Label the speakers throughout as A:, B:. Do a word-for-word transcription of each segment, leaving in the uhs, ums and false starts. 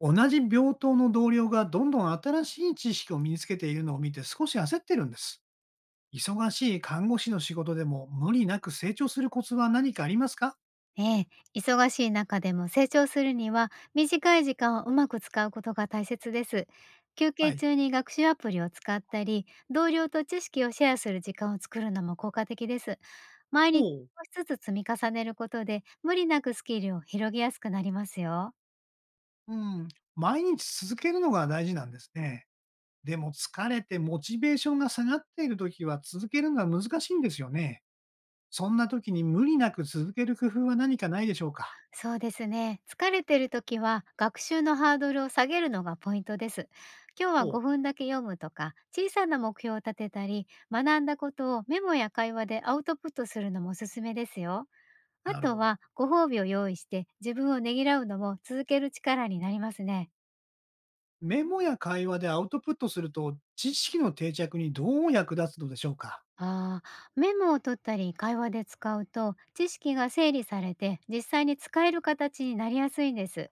A: 同じ病棟の同僚がどんどん新しい知識を身につけているのを見て少し焦ってるんです。忙しい看護師の仕事でも無理なく成長するコツは何かありますか？
B: ええ、忙しい中でも成長するには短い時間をうまく使うことが大切です。休
A: は
B: 憩
A: い。
B: 中に学習アプリを使ったり、同僚と知識をシェアする時間を作るのも効果的です。毎
A: お
B: 日
A: う。
B: 少しずつ積み重ねることで無理なくスキルを広げやすくなりますよ。
A: うん。毎日続けるのが大事なんですね。でも疲れてモチベーションが下がっているときは続けるのは難しいんですよね。そんなときに無理なく続ける工夫は何かないでしょうか？
B: そうですね。疲れてる時は学習のハードルを下げるのがポイントです。今日は
A: おう。
B: ごふんだけ読むとか、小さな目標を立てたり、学んだことをメモや会話でアウトプットするのもおすすめですよ。あ
A: なる
B: と
A: ほど。
B: はご褒美を用意して自分をねぎらうのも続ける力になりますね。
A: メモや会話でアウトプットすると知識の定着にどう役立つのでしょうか？
B: ああ、メモを取ったり会話で使うと知識が整理されて実際に使える形になりやすいんです。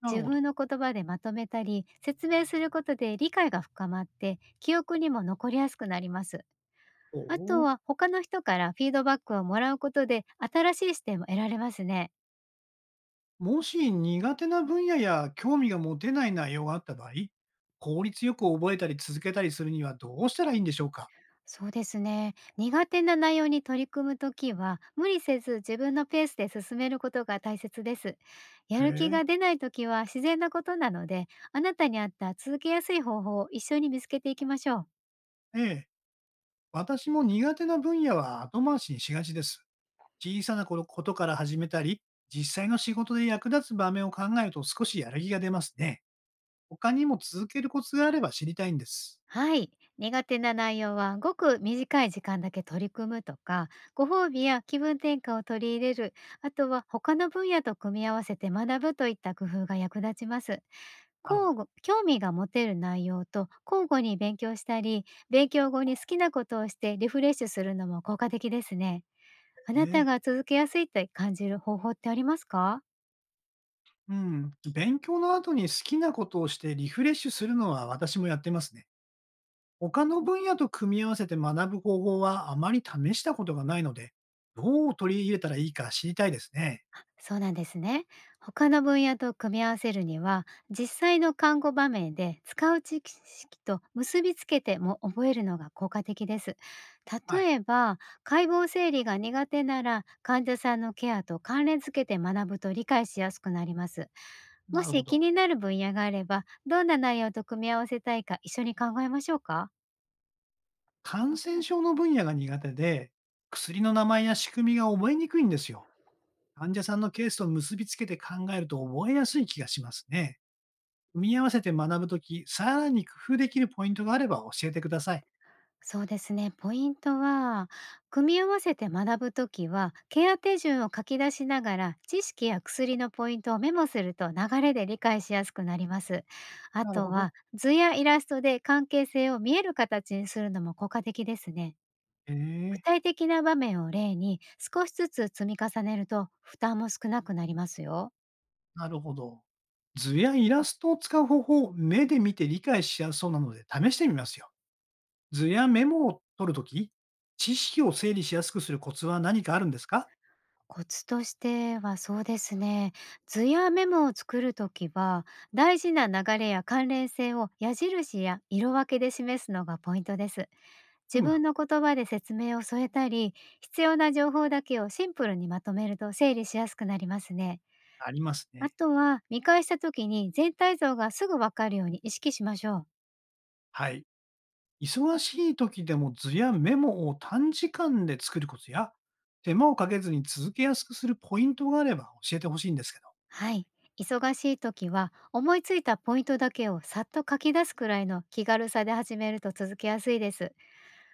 A: なる
B: 自
A: ほど。
B: 分の言葉でまとめたり説明することで理解が深まって記憶にも残りやすくなります。
A: お
B: あと
A: お。
B: は他の人からフィードバックをもらうことで新しい視点も得られますね。
A: もし苦手な分野や興味が持てない内容があった場合、効率よく覚えたり続けたりするにはどうしたらいいんでしょうか？
B: そうですね。苦手な内容に取り組むときは無理せず自分のペースで進めることが大切です。や
A: へ
B: る気
A: え。
B: が出ないときは自然なことなので、あなたに合った続けやすい方法を一緒に見つけていきましょう。
A: ええ。私も苦手な分野は後回しにしがちです。小さなこことから始めたり、実際の仕事で役立つ場面を考えると少しやる気が出ますね。他にも続けるコツがあれば知りたいんです。
B: はい。苦手な内容はごく短い時間だけ取り組むとか、ご褒美や気分転換を取り入れる、あとは他の分野と組み合わせて学ぶといった工夫が役立ちます。
A: なるほ
B: 交互
A: ど。
B: 興味が持てる内容と交互に勉強したり、勉強後に好きなことをしてリフレッシュするのも効果的ですね。あな
A: え
B: た
A: え。
B: が続けやすいと感じる方法ってありますか？
A: うん。勉強の後に好きなことをしてリフレッシュするのは私もやってますね。他の分野と組み合わせて学ぶ方法はあまり試したことがないので、どう取り入れたらいいか知りたいですね。
B: そうなんですね。他の分野と組み合わせるには、実際の看護場面で使う知識と結びつけても覚えるのが効果的です。
A: は
B: 例
A: い。
B: えば、解剖整理が苦手なら、患者さんのケアと関連付けて学ぶと理解しやすくなります。も
A: なるほ
B: し気
A: ど。
B: になる分野があれば、どんな内容と組み合わせたいか一緒に考えましょうか？
A: 感染症の分野が苦手で、薬の名前や仕組みが覚えにくいんですよ。患者さんのケースと結びつけて考えると覚えやすい気がしますね。組み合わせて学ぶとき、さらに工夫できるポイントがあれば教えてください。
B: そうですね。ポイントは、組み合わせて学ぶときは、ケア手順を書き出しながら、知識や薬のポイントをメモすると流れで理解しやすくなります。あ
A: なる
B: と
A: ほど。
B: は、図やイラストで関係性を見える形にするのも効果的ですね。
A: ええ。
B: 具体的な場面を例に少しずつ積み重ねると負担も少なくなりますよ。
A: なるほど。図やイラストを使う方法、目で見て理解しやすそうなので試してみますよ。図やメモを取るとき、知識を整理しやすくするコツは何かあるんですか？
B: コツとしては、そうですね。図やメモを作るときは、大事な流れや関連性を矢印や色分けで示すのがポイントです。
A: ふ
B: 自
A: むふむ、
B: 分の言葉で説明を添えたり、必要な情報だけをシンプルにまとめると整理しやすくなりますね。
A: あります
B: あ
A: ね。
B: とは、見返したときに全体像がすぐわかるように意識しましょう。
A: はい。忙しいときでも図やメモを短時間で作るコツや、手間をかけずに続けやすくするポイントがあれば教えてほしいんですけど。
B: はい。忙しい時は思いついたポイントだけをさっと書き出すくらいの気軽さで始めると続けやすいです。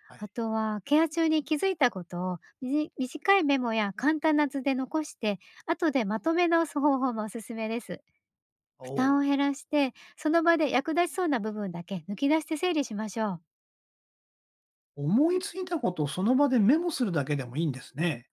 A: は
B: あ
A: い。
B: とは、ケア中に気づいたことをみじ短いメモや簡単な図で残して、後でまとめ直す方法もおすすめです。
A: お
B: 負担
A: う。
B: を減らして、その場で役立ちそうな部分だけ抜き出して整理しましょう。
A: 思いついたことをその場でメモするだけでもいいんですね。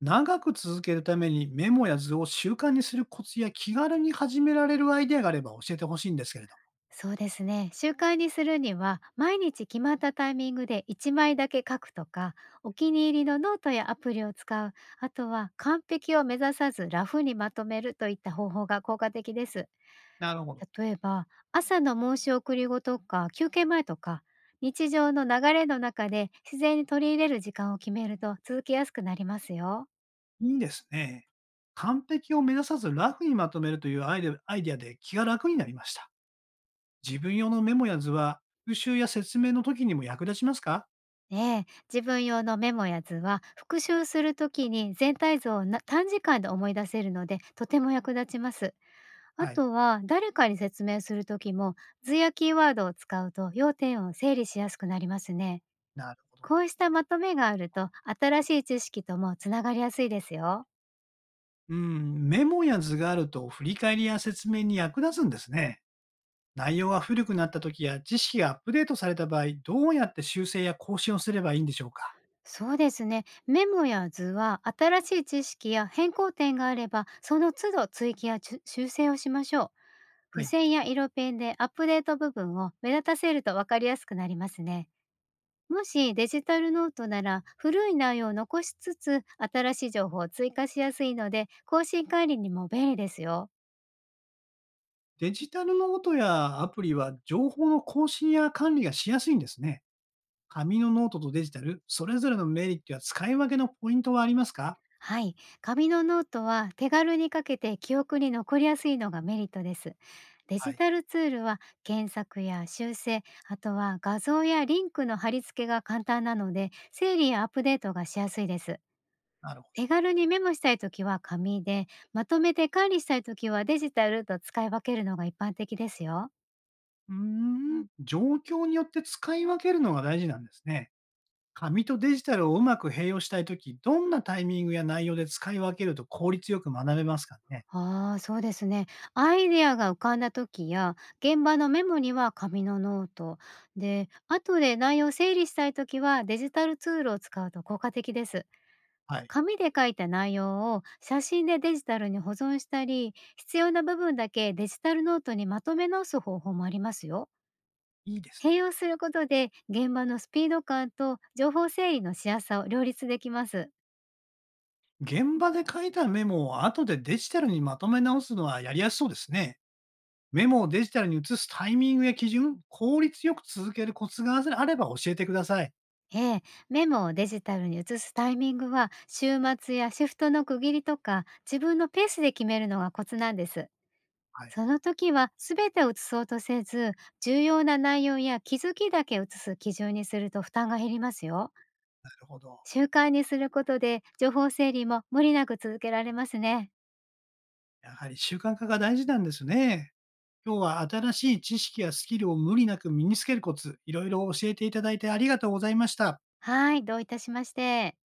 A: 長く続けるためにメモや図を習慣にするコツや気軽に始められるアイデアがあれば教えてほしいんですけれども。
B: そうですね。習慣にするには、毎日決まったタイミングでいちまいだけ書くとか、お気に入りのノートやアプリを使う、あとは完璧を目指さずラフにまとめるといった方法が効果的です。
A: なるほど。
B: 例えば、朝の申し送り後とか休憩前とか、日常の流れの中で自然に取り入れる時間を決めると続けやすくなりますよ。
A: いいですね。完璧を目指さずラフにまとめるというアイデアアイデアで気が楽になりました。自分用のメモや図は、復習や説明の時にも役立ちますか？
B: ねえ、自分用のメモや図は復習するときに全体像をな短時間で思い出せるのでとても役立ちます。あ
A: はい。
B: とは誰かに説明するときも、図やキーワードを使うと要点を整理しやすくなりますね。
A: なるほど。
B: こうしたまとめがあると、新しい知識ともつながりやすいですよ。
A: うん、メモや図があると振り返りや説明に役立つんですね。内容が古くなった時や知識がアップデートされた場合、どうやって修正や更新をすればいいんでしょうか？
B: そうですね。メモや図は新しい知識や変更点があれば、その都度追記や修修正をしましょう。
A: は
B: 付
A: い。
B: 箋や色ペンでアップデート部分を目立たせると分かりやすくなりますね。もしデジタルノートなら、古い内容を残しつつ新しい情報を追加しやすいので、更新管理にも便利ですよ。
A: デジタルノートやアプリは情報の更新や管理がしやすいんですね。紙のノートとデジタル、それぞれのメリットや使い分けのポイントはありますか？
B: はい。紙のノートは手軽にかけて記憶に残りやすいのがメリットです。デ
A: は
B: ジ
A: い。
B: タルツールは検索や修正、あとは画像やリンクの貼り付けが簡単なので、整理やアップデートがしやすいです。
A: なるほ
B: 手
A: ど。
B: 軽にメモしたいときは紙で、まとめて管理したいときはデジタルと使い分けるのが一般的ですよ。
A: うーん。状況によって使い分けるのが大事なんですね。紙とデジタルをうまく併用したいとき、どんなタイミングや内容で使い分けると効率よく学べますかね？
B: ああ、そうですね。アイデアが浮かんだときや、現場のメモには紙のノート。で、後で内容を整理したいときはデジタルツールを使うと効果的です。
A: はい。
B: 紙で書いた内容を写真でデジタルに保存したり、必要な部分だけデジタルノートにまとめ直す方法もありますよ。
A: いいです
B: 併
A: ね。
B: 用することで現場のスピード感と情報整理のしやすさを両立できます。
A: 現場で書いたメモを後でデジタルにまとめ直すのはやりやすそうですね。メモをデジタルに移すタイミングや基準、効率よく続けるコツがあれば教えてください。
B: ええ、メモをデジタルに移すタイミングは週末やシフトの区切りとか、自分のペースで決めるのがコツなんです。
A: はい。
B: その時は全てを移そうとせず、重要な内容や気づきだけ移す基準にすると負担が減りますよ。
A: なるほど。
B: 習慣にすることで、情報整理も無理なく続けられますね。
A: やはり習慣化が大事なんですね。今日は新しい知識やスキルを無理なく身につけるコツ、いろいろ教えていただいてありがとうございました。
B: はい、どういたしまして。